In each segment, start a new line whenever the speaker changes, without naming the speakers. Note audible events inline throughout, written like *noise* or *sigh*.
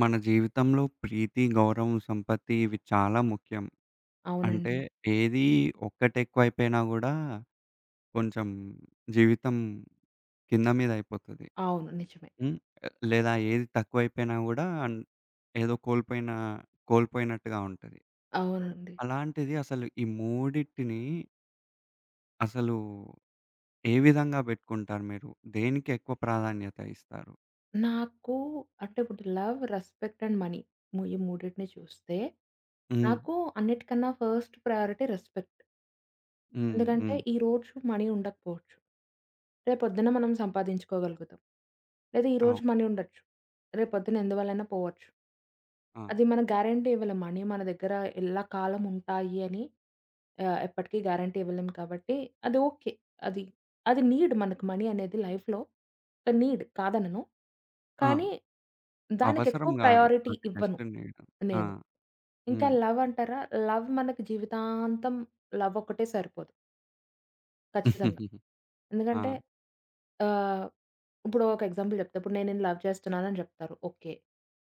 మన జీవితంలో ప్రీతి, గౌరవం, సంపత్తి ఇవి చాలా ముఖ్యం. అంటే
అవునండి.
ఏది ఒక్కటి ఎక్కువైపోయినా గూడా కొంచెం జీవితం కింద మీద అయిపోతది.
అవును. నిజమే.
హ్మ్. లేదా ఏది తక్కువైపోయినా గూడా ఏదో కోల్పోయినట్టుగా ఉంటది.
అవునండి.
అలాంటిది అసలు ఈ మూడిటిని అసలు ఏ విధంగా బెట్టుకుంటారు మీరు? దేనికి ఎక్కువ ప్రాధాన్యత ఇస్తారు?
నాకు అంటే ఇప్పుడు లవ్, రెస్పెక్ట్ అండ్ మనీ ఈ మూడిటిని చూస్తే,
హ్మ్.
నాకు అన్నిటికన్నా ఫస్ట్ ప్రయారిటీ రెస్పెక్ట్.
హ్మ్.
ఎందుకంటే
హ్మ్.
ఈరోజు మనీ ఉండకపోవచ్చు. రేపొద్దున మనం సంపాదించుకోగలుగుతాం. లేదా ఈరోజు
అవును.
మనీ ఉండొచ్చు. రేపొద్దున ఎందువల్లైనా పోవచ్చు.
ఆ!
అది మనం గ్యారంటీ ఇవ్వలేం. మనీ మన దగ్గర ఎల్ల కాలం ఉంటాయి అని ఎప్పటికీ గ్యారంటీ ఇవ్వలేం కాబట్టి అది ఓకే. అది, అది నీడ్ మనకు మనీ అనేది లైఫ్‌లో ఒక నీడ్ కాదనను.
ఆ!
కానీ
అవసరం
దానికెక్కువ
గాదు.
ప్రయారిటీ
అది
ఇవ్వను
జస్ట్ నీడ్. ఆ!
నేను. ఇంకా
హ్మ్.
లవ్ అంటారా? లవ్ మనకి జీవితాంతం లవ్ ఒకటే సరిపోతుంది. ఖచ్చితంగా. ఎందుకంటే
ఆ!
ఆహ్, ఇప్పుడు ఒక ఎగ్జాంపుల్ చెప్తా. ఇప్పుడు నేను నిన్ను లవ్ చేస్తున్నానని చెప్తారు. ఓకే.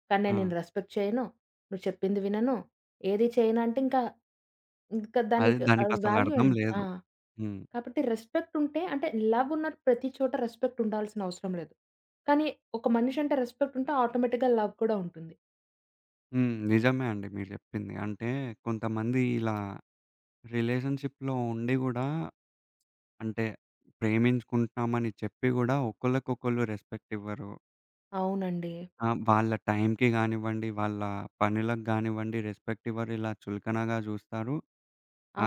కానీ
ఆ!
నేను నిన్ను రెస్పెక్ట్ చేయను. నువ్వు చెప్పింది వినను. ఏది చేయనంటే ఇంకా, ఇంకా
అదే
దానికి
దానికసలు
వాల్యూ
అర్థం
ఏంటి? ఆ!
లేదు. హ్మ్.
కాబట్టి రెస్పెక్ట్ ఉంటే అంటే లవ్ ఉన్న ప్రతి చోట రెస్పెక్ట్ ఉండాల్సిన అవసరం లేదు. కానీ ఒక మనిషి అంటే రెస్పెక్ట్ ఉంటే ఆటోమేటిక్‌గా లవ్ కూడా ఉంటుంది.
హ్మ్. నిజమే అండి మీరు చెప్పింది. అంటే కొంతమంది ఇలా రిలేషన్‌షిప్‌లో ఉండి గూడా అంటే ప్రేమించుకుంటున్నామని చెప్పి గూడా ఒకళ్ళకొకళ్ళు రెస్పెక్ట్ ఇవ్వరు.
అవునండి.
ఆ! వాళ్ళ టైంకి గానివ్వండి, వాళ్ళ పనులకు గానివ్వండి రెస్పెక్ట్ ఇవ్వరు. ఇలా చులకనగా జూస్తారు.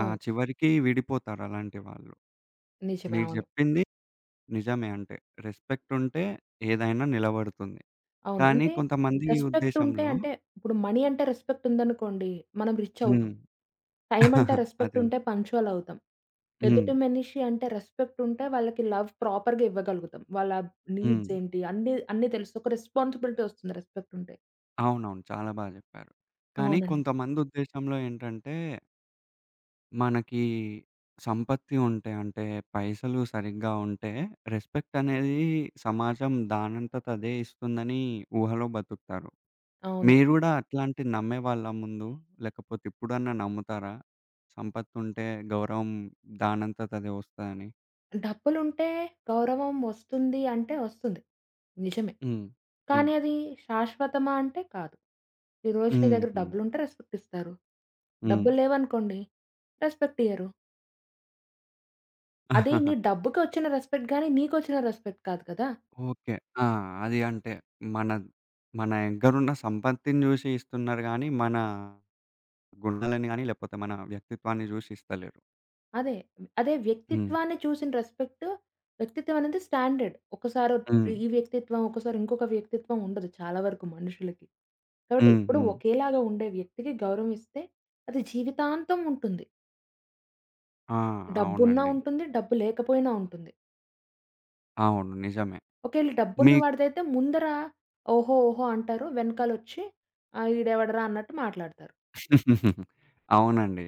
ఆ! చివరికి విడిపోతారు అలాంటి వాళ్ళు.
నిజమే.
మీరు
అవును.
జెప్పింది నిజమే, అంటే రెస్పెక్ట్ ఉంటే ఏదైనా నిలబడుతుంది.
అవును.
కానీ
అంటే
కొంతమంది
రెస్పెక్ట్ ఉంటే
ఉద్దేశంలో
అంటే ఇప్పుడు మనీ అంటే రెస్పెక్ట్ ఉందనుకోండి, మనం రిచ్ అవుతాం.
హ్మ్.
టైమ్ అంటే
*laughs*
రెస్పెక్ట్
అదే.
ఉంటే పంక్చువల్ అవుతాం.
హ్మ్.
ఎదుటి మనిషి అంటే రెస్పెక్ట్ ఉంటే వాళ్ళకి లవ్ ప్రాపర్‌గా ఇవ్వగలుగుతాం. వాళ్ళ
హ్మ్.
నీడ్స్ ఏంటి అన్నీ అన్నీ తెలుసు. ఒక రెస్పాన్సిబిలిటీ వస్తుంది రెస్పెక్ట్ ఉంటే.
అవునవును. చాలా బా జెప్పారు. కానీ
అవునండి.
కొంతమంది ఉద్దేశంలో ఏంటంటే, మనకి సంపత్తి ఉంటే, అంటే పైసలు సరిగ్గా ఉంటే, రెస్పెక్ట్ అనేది సమాజం దానంతట అదే ఇస్తుందని ఊహలో బతుకుతారు. మీరు
అవునండి.
గూడా అట్లాంటిది నమ్మేవాళ్ళా ముందు? లేకపోతే ఇప్పుడన్నా నమ్ముతారా? సంపత్తుంటే గౌరవం దానంతట అదే వస్తదని?
డబ్బులుంటే గౌరవం వస్తుంది అంటే వస్తుంది. నిజమే.
హ్మ్. హ్మ్.
కానీ అది శాశ్వతమా అంటే కాదు. ఈరోజు నీ దగ్గర
హుహు.
డబ్బులుంటే రెస్పెక్ట్ ఇస్తారు.
హ్మ్.
డబ్బులు లేవనుకోండి రెస్పెక్ట్ ఇయ్యరు. అది నీ
*laughs*
డబ్బుకొచ్చిన రెస్పెక్ట్ గాని, నీకొచ్చిన రెస్పెక్ట్ కాదు కదా!
ఓకే. ఆ! అది అంటే మన మన దగ్గరున్న సంపత్తిని జూసి ఇస్తున్నారు గానీ, మన గుణాలని గానీ, లేకపోతే మన వ్యక్తిత్వాన్ని జూసి ఇస్తలేరు.
అదే. అదే
హ్మ్.
వ్యక్తిత్వాన్ని చూసిన రెస్పెక్ట్, వ్యక్తిత్వం అనేది స్టాండర్డ్. ఒకసారి
హ్మ్.
ఈ వ్యక్తిత్వం, ఒకసారి ఇంకొక వ్యక్తిత్వం ఉండదు చాలా వరకు మనుషులకి. కాబట్టి
హ్మ్.
ఎప్పుడూ
హ్మ్.
ఒకేలాగా ఉండే వ్యక్తికి గౌరవం ఇస్తే అది జీవితాంతం ఉంటుంది.
ఆ!
డబ్బున్నా
అవునండి.
ఉంటుంది, డబ్బు లేకపోయినా ఉంటుంది.
అవును. నిజమే.
ఒకేళ డబ్బున్న
మీ
వాడిదైతే ముందర ఓహో! ఓహో! అంటారు. వెనకాలొచ్చి ఈడెవడురా అన్నట్టు మాట్లాడతారు.
*laughs* అవునండి.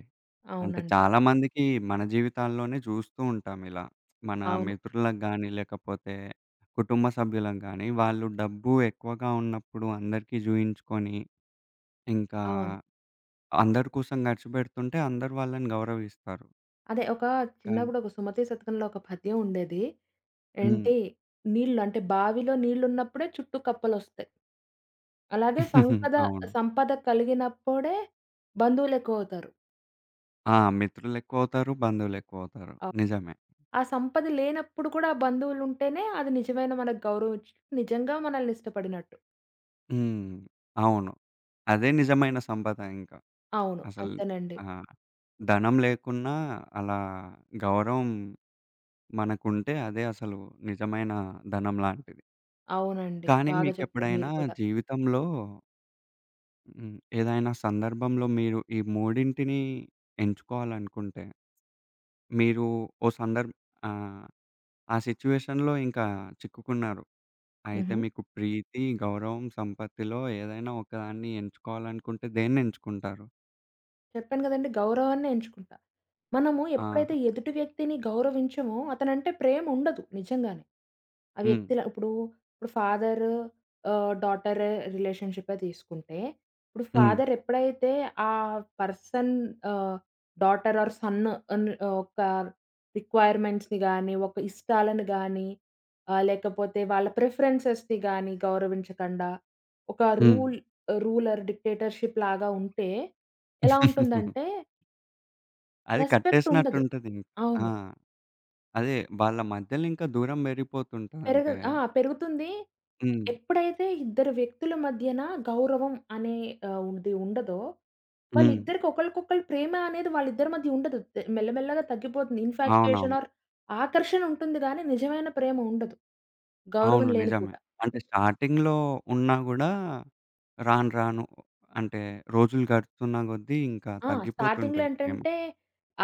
అంటే
అవునండి.
చాలా మందికి మన జీవితాల్లోనే జూస్తూ ఉంటాం ఇలా. మన
అవును.
మిత్రులకు గానీ, లేకపోతే కుటుంబ సభ్యులకు గానీ, వాళ్ళు డబ్బు ఎక్కువగా ఉన్నప్పుడు అందరికీ జూయించుకొని, ఇంకా
అవును.
అందరి కోసం ఖర్చుపెడుతుంటే అందరు వాళ్ళని గౌరవిస్తారు.
అదే ఒక
కానీ
చిన్నప్పుడు ఒక 'సుమతి శతకంలో' ఒక పద్యం ఉండేది.
హ్మ్.
ఏంటి నీళ్ళు అంటే బావిలో నీళ్ళున్నప్పుడే చుట్టూ కప్పలొస్తాయి. అలాగే
*laughs*
సంపద
అవును.
సంపద కలిగినప్పుడే బంధువులెక్కువవుతారు.
ఆ! మిత్రులెక్కువవుతారు, బంధువులెక్కువవుతారు.
ఆహ్,
నిజమే.
ఆ ఆ సంపద లేనప్పుడు కూడా ఆ బంధువులుంటేనే అది నిజమైన మనకు గౌరవం ఇచ్చి నిజంగా మనల్ని ఇష్టపడినట్టు.
హ్మ్. అవును. అదే నిజమైన సంపద ఇంకా.
అవును.
అసలు
అంతేనండి.
ఆ! ధనం లేకున్నా అలా గౌరవం మనకుంటే అదే అసలు నిజమైన ధనం లాంటిది.
అవునండి.
కానీ
బాగా చెప్పారు
మీకెప్పుడైనా
మీరు కూడా.
జీవితంలో హ్మ్. ఏదైనా సందర్భంలో మీరు ఈ మూడింటిని ఎంచుకోవాలనుకుంటే, మీరు ఓ సందర్భ్ ఆ! ఆ సిట్యుయేషన్‌లో ఇంకా చిక్కుకున్నారు. అయితే
హుహు.
మీకు ప్రీతి, గౌరవం, సంపత్తిలో ఏదైనా ఒకదాన్ని ఎంచుకోవాలనుకుంటే దేన్నెంచుకుంటారు?
చెప్పాను గదండీ! గౌరవాన్నే ఎంచుకుంటా. మనము
ఆహా!
ఎప్పుడైతే ఎదుటి వ్యక్తిని గౌరవించమో అతనంటే ప్రేమ ఉండదు నిజంగానే. ఆ
హ్మ్.
వ్యక్తిల ఇప్పుడు, ఇప్పుడు ఫాదర్ డాటర్ రిలేషన్‌షిపే తీసుకుంటే, ఇప్పుడు
హ్మ్.
ఫాదర్ ఎప్పుడైతే ఆ పర్సన్ ఆహ్, డాటర్ ఆర్ సన్ అన్ ఒక రిక్వైర్మెంట్స్‌ని గాని, ఒక ఇష్టాలను గాని, లేకపోతే వాళ్ళ ప్రిఫరెన్సెస్‌ని గాని గౌరవించకుండా, ఒక
హ్మ్.
రూల్ రూలర్ డిక్టేటర్‌షిప్ లాగా ఉంటే ఎలా ఉంటుందంటే
*laughs* అది
రెస్పెక్ట్ ఉండదు.
కట్టేసినట్టుంటది ఇంక. ఆ!
అవును.
అదే వాళ్ళ మధ్యలో ఇంకా దూరం పెరిగిపోతుంటది. అంటే
పెరగదు. ఆ! పెరుగుతుంది.
హ్మ్.
ఎప్పుడైతే ఇద్దరు వ్యక్తుల మధ్యన గౌరవం అనే ఉండదో,
హ్మ్.
వాళ్ళిద్దరికి ఒకళ్ళకొకళ్ళు ప్రేమ అనేది వాళ్ళిద్దరి మధ్య ఉండదు. మెల్లమెల్లగా తగ్గిపోతుంది.
అవునవును.
ఇన్‌ఫాక్చుయేషన్ ఆర్ ఆకర్షణ ఉంటుంది గానీ, నిజమైన ప్రేమ ఉండదు. గౌరవం
అవును.
లేనిపో
నిజమే. అంటే స్టార్టింగ్‌లో ఉన్నా గూడా రాను రాను అంటే రోజులు గడుస్తున్న కొద్దీ ఇంకా
ఆ! స్టార్టింగ్‌లో
తగ్గిపోతుంటది ప్రేమ.
ఏంటంటే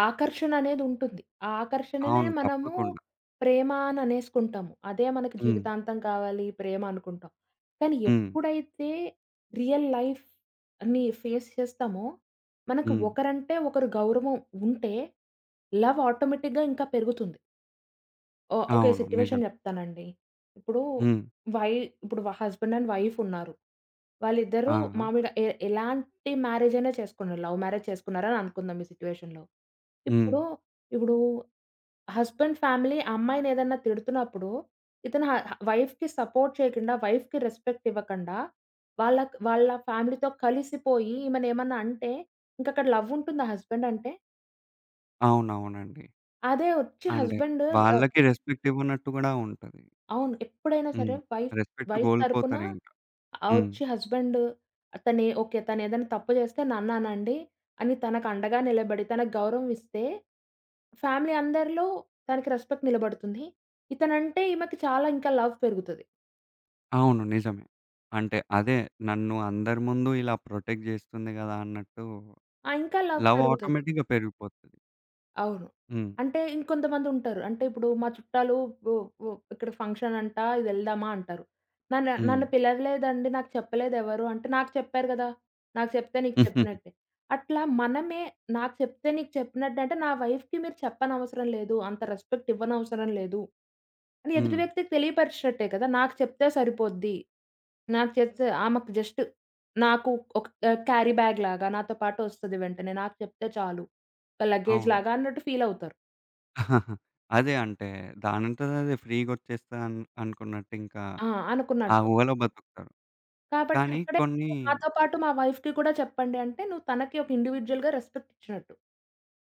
ఆకర్షణ అనేది ఉంటుంది. ఆ ఆకర్షణనే
అవును.
మనము
తప్పకుండా.
ప్రేమ అని అనేసుకుంటాము. అదే మనకి
హ్మ్.
జీవితాంతం కావాలి ప్రేమ అనుకుంటాం. కానీ
హ్మ్.
ఎప్పుడైతే రియల్ లైఫ్‌ని ఫేస్ చేస్తామో, మనకు
హ్మ్.
ఒకరంటే ఒకరు గౌరవం ఉంటే లవ్ ఆటోమేటిక్‌గా ఇంకా పెరుగుతుంది. ఓహ్! ఓకే.
అవును.
సిట్యుయేషన్
నిజమే.
చెప్తానండి. ఇప్పుడు
హ్మ్.
వై ఇప్పుడు హస్బెండ్ అండ్ వైఫ్ ఉన్నారు. వాళ్ళిద్దరూ
ఆ! ఆ!
మామూలుగా ఎలాంటి మ్యారేజ్ అయినా చేసుకున్నారు. లవ్ మ్యారేజ్ చేసుకున్నారని అనుకుందాం ఈ సిట్యుయేషన్‌లో.
హ్మ్.
ఇప్పుడు, ఇప్పుడు హస్బెండ్ ఫ్యామిలీ అమ్మాయిని ఏదన్నా తిడుతున్నప్పుడు, ఇతను హ వైఫ్‌కి సపోర్ట్ చేయకుండా, వైఫ్‌కి రెస్పెక్ట్ ఇవ్వకుండా, వాళ్ళ వాళ్ళ ఫ్యామిలీతో కలిసిపోయి ఈమెనేమన్నా అంటే, ఇంకక్కడ లవ్ ఉంటుందా హస్బెండ్ అంటే?
అవునవునండి.
అదే వచ్చి
అంటే
హస్బెండ్ ఆహ్
వాళ్ళకి రెస్పెక్ట్ ఇవ్వనట్టు గూడా ఉంటది.
అవును. ఎప్పుడైనా సరే
హ్మ్.
వైఫ్
రెస్పెక్ట్
వైఫ్ తరపున
కోల్పోతారింకా. హ్మ్.
వచ్చి హస్బెండ్ తనే ఓకే. తనేదైనా తప్పు చేస్తే నన్ననండి. అని తనకు అండగా నిలబడి, తనకు గౌరవం ఇస్తే, ఫ్యామిలీ అందరిలో తనకి రెస్పెక్ట్ నిలబడుతుంది. ఇతనంటే ఈమెకి చాలా ఇంకా లవ్ పెరుగుతది.
అవును. నిజమే. అంటే అదే నన్ను అందరి ముందు ఇలా ప్రొటెక్ట్ జేస్తుంది గదా! అన్నట్టు
ఆ! ఇంకా లవ్
లవ్
పెరుగుతది.
ఆటోమేటిక్‌గా పెరిగిపోతది.
అవును.
హ్మ్.
అంటే ఇంకొంతమందుంటారు. అంటే ఇప్పుడు మా చుట్టాలు వు వు ఇక్కడ ఫంక్షన్ అంట ఇదెళ్దామా అంటారు. నన్ను
హ్మ్.
నన్ను పిలవలేదండి. నాకు చెప్పలేదెవరు అంటే, నాకు చెప్పారు గదా! నాకు చెప్తే నీకు చెప్పినట్టే.
*laughs*
అట్లా మనమే నాకు చెప్తే నీకు చెప్పినట్టే అంటే, నా వైఫ్‌కి మీరు చెప్పనవసరం లేదు. అంత రెస్పెక్ట్ ఇవ్వనవసరం లేదు. అని ఎదుటి
హ్మ్.
వ్యక్తికి తెలియపరిచినట్టే కదా! నాకు చెప్తే సరిపోద్ది. నాకు చెప్తే ఆమెకు జస్ట్ నాకు ఒక క్యారీ బ్యాగ్ లాగా నాతో పాటు ఒస్తది వెంటనే. నాకు చెప్తే చాలు. లగేజ్
అవును.
లాగా అన్నట్టు ఫీల్ అవుతారు.
అదే అంటే దానంతట అదే ఫ్రీగొచ్చేస్తది అనుకున్నట్టు ఇంకా
ఆ!
ఆ
అనుకున్నట్టు.
ఊహలో బతుకుతారు.
కాబట్టి
కానీ
అక్కడే
కొన్ని
నాతో పాటు మా వైఫ్‌కి కూడా చెప్పండి అంటే నువ్వు తనకి ఒక ఇండివిడ్యుయల్‌గా రెస్పెక్ట్ ఇచ్చినట్టు.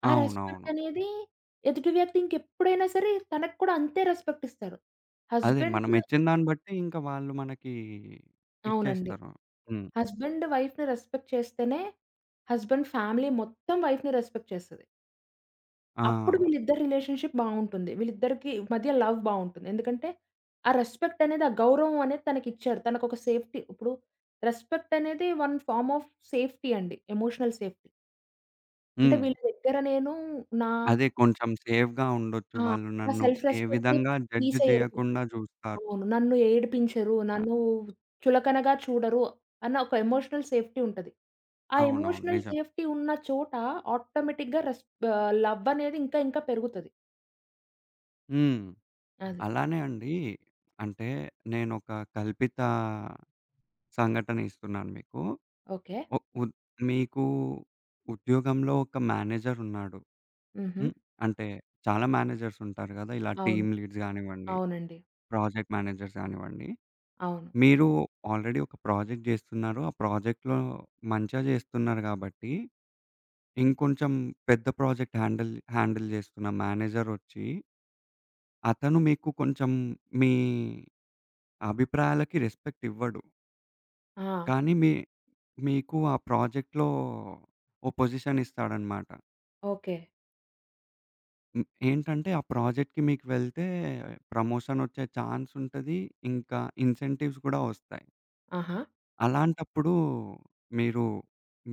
ఆ రెస్పెక్ట్
అవునవును.
అనేది ఎదుటి వ్యక్తి ఇంకెప్పుడైనా సరే తనకి కూడా అంతే రెస్పెక్ట్ ఇస్తారు.
అదే.
హస్బెండ్
మనమిచ్చిన దాన్ని బట్టి ఇంక వాళ్ళు మనకి
అవునండి.
ఇచ్చేస్తారు. హ్మ్.
హస్బెండ్ వైఫ్‌ని రెస్పెక్ట్ చేస్తేనే హస్బెండ్ ఫ్యామిలీ మొత్తం వైఫ్‌ని రెస్పెక్ట్ చేస్తది.
ఆ!
అప్పుడు వీళ్ళిద్దరి రిలేషన్‌షిప్ బావుంటుంది. వీళ్ళిద్దరికి మధ్య లవ్ బావుంటుంది. ఎందుకంటే, ఆ రెస్పెక్ట్ అనేది, ఆ గౌరవం అనేది తనకిచ్చారు. తనకొక సేఫ్టీ ఇప్పుడు రెస్పెక్ట్ అనేది వన్ ఫార్మ్ ఆఫ్ సేఫ్టీ అండి. Emotional safety. అంటే
హ్మ్.
వీళ్ళ దగ్గర నేను నా
అదే కొంచెం సేఫ్‌గా ఉండొచ్చు.
ఆ!
వాళ్ళు
నా
నన్ను
సెల్ఫ్
ఏ
రెస్పెక్ట్‌ని
విధంగా జడ్జ్
తీసేయరు.
జేయకుండా జూస్తారు.
అవును. నన్ను ఏడిపించరు. నన్ను
ఆహ్,
చులకనగా చూడరు అన్న ఒక ఎమోషనల్ సేఫ్టీ ఉంటది. ఆ
అవునవును.
ఎమోషనల్
నిజం.
సేఫ్టీ ఉన్న చోట ఆటోమేటిక్‌గా లవ్ అనేది ఇంకా ఇంకా పెరుగుతది.
హ్మ్.
అది.
అలానే అండి. అంటే నేనొక కల్పిత సంఘటన ఇస్తున్నాను మీకు.
ఓకే.
ఒ ఉద్ మీకు ఉద్యోగంలో ఒక మేనేజరున్నాడు.
హుహు.
హ్మ్. అంటే చాలా మేనేజర్సుంటారు గదా! ఇలా
అవును.
టీమ్ లీడ్స్ గానివ్వండి,
అవునండి.
ప్రాజెక్ట్ మేనేజర్స్ గానివ్వండి.
అవును.
మీరు ఆల్రెడీ ఒక ప్రాజెక్ట్ జేస్తున్నారు. ఆ ప్రాజెక్ట్‌లో మంచిగా జేస్తున్నారు గాబట్టి, ఇంకొంచెం పెద్ద ప్రాజెక్ట్ హ్యాండిల్ హ్యాండిల్ జేస్తున్న మేనేజరొచ్చి, అతను మీకు కొంచెం మీ అభిప్రాయాలకి రెస్పెక్ట్ ఇవ్వడు.
ఆ!
కానీ మీకు ఆ ప్రాజెక్ట్‌లో ఓ పొజిషన్ ఇస్తాడనమాట.
ఓకే.
హ్మ్. ఏంటంటే, ఆ ప్రాజెక్ట్‌కి మీకు వెళ్తే ప్రమోషనొచ్చే ఛాన్స్ ఉంటది. ఇంకా ఇన్సెంటివ్స్ గూడా ఒస్తాయి.
ఆహా!
అలాంటప్పుడు మీరు,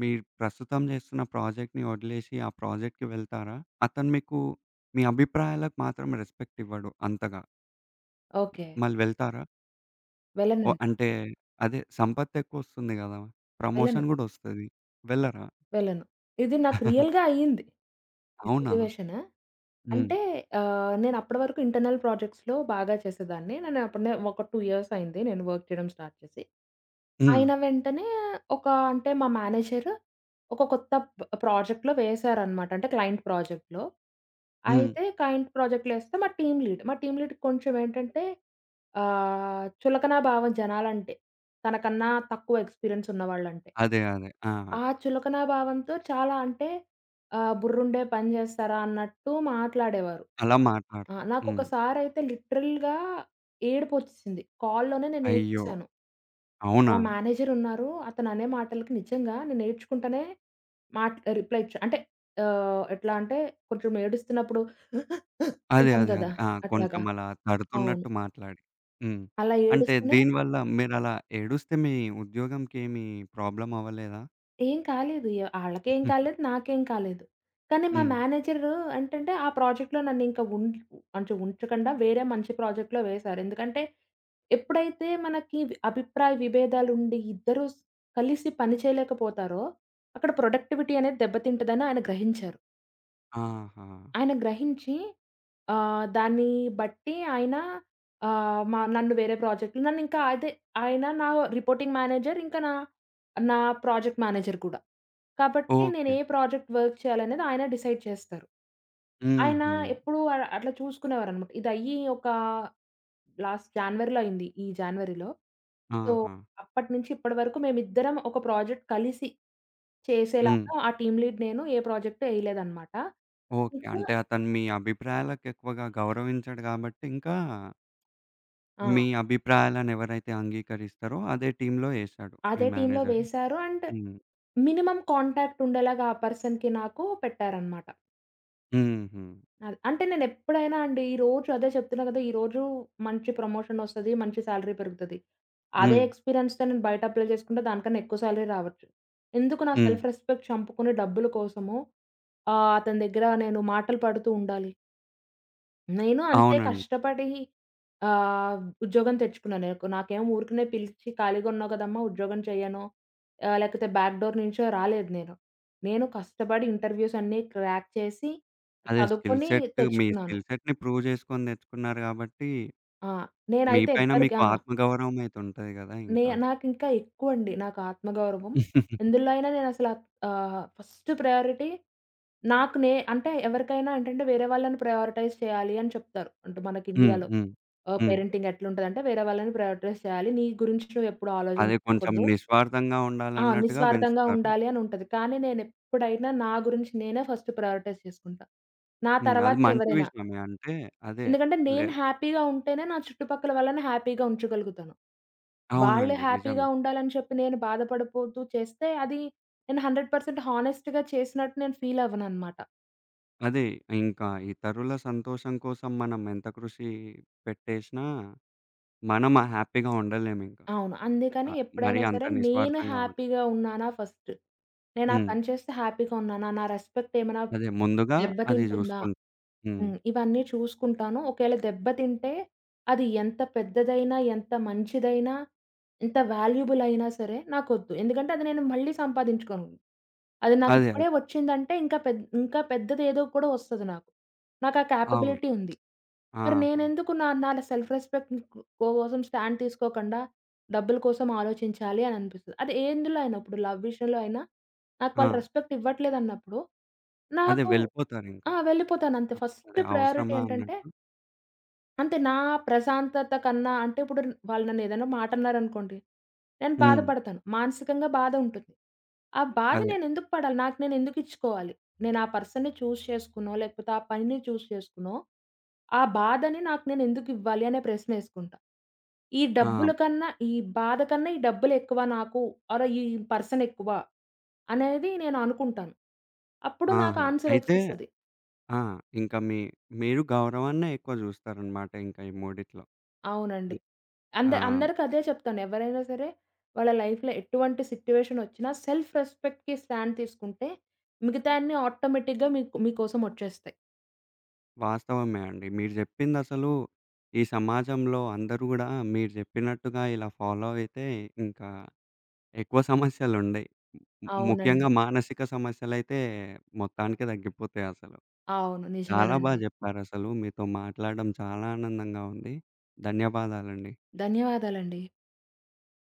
మీ ప్రస్తుతం చేస్తున్న ప్రాజెక్ట్‌ని వదిలేసి ఆ ప్రాజెక్ట్‌కి వెళ్తారా? అతను మీకు మీ అభిప్రాయాలకు మాత్రం రెస్పెక్ట్ ఇవ్వడు అంతగా.
ఓకే.
మళ్ళి వెళ్తారా? ఓ
వెళ్ళనండి.
అంటే అదే సంపత్తెక్కువొస్తుంది గదా!
వెళ్ళను.
ప్రమోషన్ గూడా ఒస్తది. వెళ్ళరా?
వెళ్ళను. ఇది నాకు రియల్‌గా
*laughs*
అయింది. ఈ
అవునా?
సిట్యుయేషను.
హ్మ్.
అంటే నేనప్పటి వరకు ఇంటర్నల్ ప్రాజెక్ట్స్‌లో బాగా చేసేదాన్ని. నేను అప్పుడే ఒక 2 ఇయర్స్ అయింది నేను వర్క్ చేయడం స్టార్ట్ చేసి.
హ్మ్.
అయిన వెంటనే ఒక అంటే మా మేనేజరు ఒక కొత్త ప్రాజెక్ట్‌లో వేశారనమాట. అంటే క్లయింట్ ప్రాజెక్ట్‌లో.
హ్మ్.
అయితే క్లయింట్ ప్రాజెక్ట్‌లో ఏస్తే మా టీమ్ లీడ్‌కి కొంచెం ఏంటంటే చులకన భావం జనాలంటే. తనకన్నా తక్కువ ఎక్స్‌పీరియన్స్ ఉన్నవాళ్ళంటే.
అదే. అదే. ఆ!
ఆ చులకన భావంతో చాలా అంటే బుర్రుండే పని జేస్తారా అన్నట్టు మాట్లాడేవారు.
అలా
ఆ!
మాట్లాడతారు. హ్మ్.
నాకొకసారయితే లిటరల్‌గా ఏడుపొచ్చేసింది. కాల్‌లోనే నేను
అయ్యో!
ఏడ్చేశాను. మా
అవునా?
మేనేజరున్నారు. అతననే మాటలకి నిజంగా నేను ఏడ్చుకుంటనే మాట్ రిప్లై ఇచ్చా. అంటే ఎట్లా అంటే కొంచెం ఏడుస్తున్నప్పుడు *laughs*
అదే.
అంటాం
అదే.
గదా!
అదే. ఆ! కొంచెం
అట్లాగా.
అలా
అవును.
తడుతున్నట్టు మాట్లాడి. హ్మ్.
అలా
అంటే
ఏడుస్తూనే
దీనివల్ల మీరలా ఏడుస్తే మీ ఉద్యోగంకేమి ప్రాబ్లమ్ అవ్వలేదా?
ఏం కాలేదు. ఆళ్ళకేం కాలేదు. నాకేం కాలేదు. కానీ మా
హ్మ్.
మేనేజరు ఏంటంటే, ఆ ప్రాజెక్ట్‌లో నన్నింక ఉన్ అంటే ఉంచకుండా వేరే మంచి ప్రాజెక్ట్‌లో వేశారు. ఎందుకంటే, ఎప్పుడైతే మనకి అభిప్రాయ విభేదాలుండి ఇద్దరూ కలిసి పని చేయలేకపోతారో, అక్కడ ప్రొడక్టివిటీ అనేది దెబ్బతింటదని ఆయన గ్రహించారు.
ఆహా!
ఆయన గ్రహించి దాన్ని బట్టి ఆయన ఆహ్, మ నన్ను వేరే ప్రాజెక్ట్‌లో నన్నింకా అదే ఆయన నా రిపోర్టింగ్ మేనేజర్ ఇంకా నా నా ప్రాజెక్ట్ మేనేజర్ కూడా. కాబట్టి నేను
ఓకే.
ఏ ప్రాజెక్ట్ వర్క్ చేయాలనేది ఆయన డిసైడ్ చేస్తారు. ఆయన
హుహు.
ఎప్పుడూ అట్లా చూసుకునేవారనమాట. ఇదయ్యి ఒక లాస్ట్ జాన్వరిలో అయింది. ఈ జాన్వరిలో. సో,
ఆహా!
అప్పటి నుంచి ఇప్పటి వరకు మేమిద్దరం ఒక ప్రాజెక్ట్ కలిసి
హ్మ్.
చేసేలాగా ఆ టీమ్ లీడ్ నేను ఏ ప్రాజెక్ట్ ఎయలేదనమాట.
ఓకే.
ఇంకా
అంటే అతను మీ అభిప్రాయాలకు ఎక్కువగా గౌరవించాడు గాబట్టి, ఇంకా మీ
ఆ!
అభిప్రాయాలను ఎవరైతే అంగీకరిస్తారో అదే టీమ్‌లో ఏశాడు మీ
అదే టీమ్‌లో
మేనేజర్‌ని.
వేశారు. అండ్
హ్మ్.
మినిమమ్ కాంటాక్ట్ ఉండేలాగా ఆ పర్సన్‌కి నాకు పెట్టారనమాట.
హుహు.
అది. అంటే నేనెప్పుడైనా అండి ఈరోజు అదే చెప్తున్నా కదా! ఈరోజు మంచి ప్రమోషనొస్తది. మంచి సాలరీ పెరుగుతది. అదే
హ్మ్.
ఎక్స్‌పీరియన్స్‌తో నేను బయట అప్లై చేసుకుంటే దానికన్నా ఎక్కువ సాలరీ రావచ్చు. ఎందుకు నా
హ్మ్.
సెల్ఫ్ రెస్పెక్ట్ చంపుకుని డబ్బుల కోసము అతని దగ్గర నేను మాటలు పడుతూ ఉండాలి? నేను అంతే
అవునండి.
కష్టపడి ఉద్యోగం తెచ్చుకున్నాను. నాకేమో ఊరికనే పిలిచి "ఖాళీగా ఉన్నావు కదమ్మా! ఉద్యోగం చెయ్యను" లేకపోతే బ్యాక్ డోర్ నుంచో రాలేదు నేను. నేను కష్టపడి ఇంటర్వ్యూస్ అన్నీ క్రాక్ చేసి,
అదే స్కిల్
చదువుకొని
సెట్ మీ
తెచ్చుకున్నాను.
స్కిల్ సెట్‌ని ప్రూవ్ చేసుకొని తెచ్చుకున్నారు కాబట్టి,
ఆ!
మీ
నేనైతే
పైన
ఎవ్వరికి
మీకు
ఆ!
ఆత్మగౌరవం అయితే ఉంటది గదా! ఇంకా.
నాకింకా ఎక్కువండి నాకు ఆత్మగౌరవం.
*laughs*
ఎందులో అయినా ఫస్ట్ ప్రయారిటీ నాకు నే అంటే ఎవరికైనా ఏంటంటే వేరే వాళ్ళని ప్రయారిటైజ్ చేయాలి అని చెప్తారు. అంటే మనకి
హ్మ్.
ఇండియాలో.
హ్మ్. హ్మ్.
పేరెంటింగ్ ఎట్లుంటదంటే వేరే వాళ్ళని ప్రయారిటైజ్ చేయాలి. నీ గురించి నువ్వెప్పుడు
అదే కొంచెం
ఆలోచించుకోకూడదు.
నిస్వార్థంగా
ఆ!
ఉండాలన్నట్టుగా
నిస్వార్థంగా
పెంచుతారు.
ఉండాలి అని ఉంటది. కానీ నేనెప్పుడైనా నా గురించి నేనే ఫస్ట్ ప్రయారిటైజ్ చేసుకుంటా. నా
హ్మ్. అది
తర్వాత
మంచి
ఎవరైనా.
విషయమే. అంటే అదే
ఎందుకంటే
లే
నేను హ్యాపీగా ఉంటేనే నా చుట్టుపక్కల వాళ్ళని హ్యాపీగా ఉంచగలుగుతాను. వాళ్ళు
అవునండి.
హ్యాపీగా
నిజమే.
ఉండాలని చెప్పి నేను బాధపడిపోతూ చేస్తే అది నేను 100% హానెస్ట్‌గా చేసినట్టు నేను ఫీల్ అవ్వననమాట.
అదే ఇంకా ఇతరుల సంతోషం కోసం మనం ఎంత కృషి పెట్టేసినా, మనం హ్యాపీగా ఉండలేమింక.
అవును. అందుకని
ఆహ్, మరి
ఎప్పుడైనా
అంత
సరే నేను
నిస్వార్థంగా ఉం
హ్యాపీగా ఉన్నానా ఫస్ట్. నేనా
హ్మ్.
పని చేస్తే హ్యాపీగా ఉన్నానా? నా రెస్పెక్ట్ ఏమైనా
అదే ముందుగా అది
దెబ్బతింటుందా?
చూసుకుంటాం. హ్మ్.
హ్మ్. ఇవన్నీ చూసుకుంటాను. ఒకవేళ దెబ్బతింటే అది ఎంత పెద్దదైనా, ఎంత మంచిదైనా, ఎంత వాల్యుబుల్ అయినా సరే నాకొద్దు. ఎందుకంటే అది నేను మళ్ళీ సంపాదించుకోను. అది
అదే. అదే.
నాకిప్పుడే వచ్చిందంటే ఇంకా ఇంకా పెద్దదేదో కూడా వస్తది నాకు. నాకు ఆ
అవును.
కేపబిలిటీ ఉంది. మరి
ఆహా!
నేనెందుకు నా నా సెల్ఫ్ రెస్పెక్ట్ కోసం స్టాండ్ తీసుకోకుండా డబ్బుల కోసం ఆలోచించాలి అని అనిపిస్తది. అది ఎందులో అయినా ఇప్పుడు లవ్ విషయంలో అయినా నాకు
ఆ!
వాళ్ళు రెస్పెక్ట్ ఇవ్వట్లేదన్నప్పుడు
అదే
నాకు
వెళ్ళిపోతారింక.
ఆ! వెళ్ళిపోతాను అంతే.
అదే
ఫస్ట్ ప్రయారిటీ
అవసరమా
ఏంటంటే
అన్నట్టు.
అంతే. నా ప్రశాంతత కన్నా అంటే ఇప్పుడు వాళ్ళు నన్ను ఏదైనా మాట అన్నారనుకోండి. నేను
హ్మ్.
బాధపడతాను. మానసికంగా బాధ ఉంటుంది. ఆ బాధ
అదే.
నేనెందుకు పడాలి? నాకు నేనెందుకు ఇచ్చుకోవాలి? నేను ఆ పర్సన్‌ని చూజ్ చేసుకునో, లేకపోతే ఆ పనిని చూజ్ చేసుకునో, ఆ బాధని నాకు నేనెందుకు ఇవ్వాలి అనే ప్రశ్నేసుకుంటా. ఈ
ఆ!
డబ్బుల కన్నా, ఈ బాధ కన్నా ఈ డబ్బులెక్కువ నాకు ఆర్ ఈ పర్సనెక్కువ అనేది నేను అనుకుంటాను. అప్పుడు నాకు
ఆహా! అయితే
ఆన్సరొచ్చేస్తది.
ఆ! ఇంకా మీ మీరు గౌరవాన్నే ఎక్కువ జూస్తారనమాట ఇంక ఈ మూడిట్లో.
అవునండి.
హ్మ్. ఆ!
అందరికదే చెప్తాను. ఎవరైనా సరే వాళ్ళ లైఫ్‌లో ఎటువంటి సిట్యుయేషనొచ్చినా సెల్ఫ్ రెస్పెక్ట్‌కి స్టాండ్ తీసుకుంటే మిగతాయన్ని ఆటోమేటిక్‌గా మీకు మీకోసం ఒచ్చేస్తాయి.
వాస్తవమే అండి. మీరు జెప్పిందసలు ఈ సమాజంలో అందరూ గూడా మీరు జెప్పినట్టుగా ఇలా ఫాలో అయితే ఇంకా ఎక్కువ సమస్యలుండయి.
అవునండి.
ముఖ్యంగా మానసిక సమస్యలైతే మొత్తానికే తగ్గిపోతాయసలు.
అవును.
చాలా బాగా
నిజమేనండి.
చెప్పారసలు. మీతో మాట్లాడడం చాలా ఆనందంగా ఉంది. ధన్యవాదాలండి.
ధన్యవాదాలండి.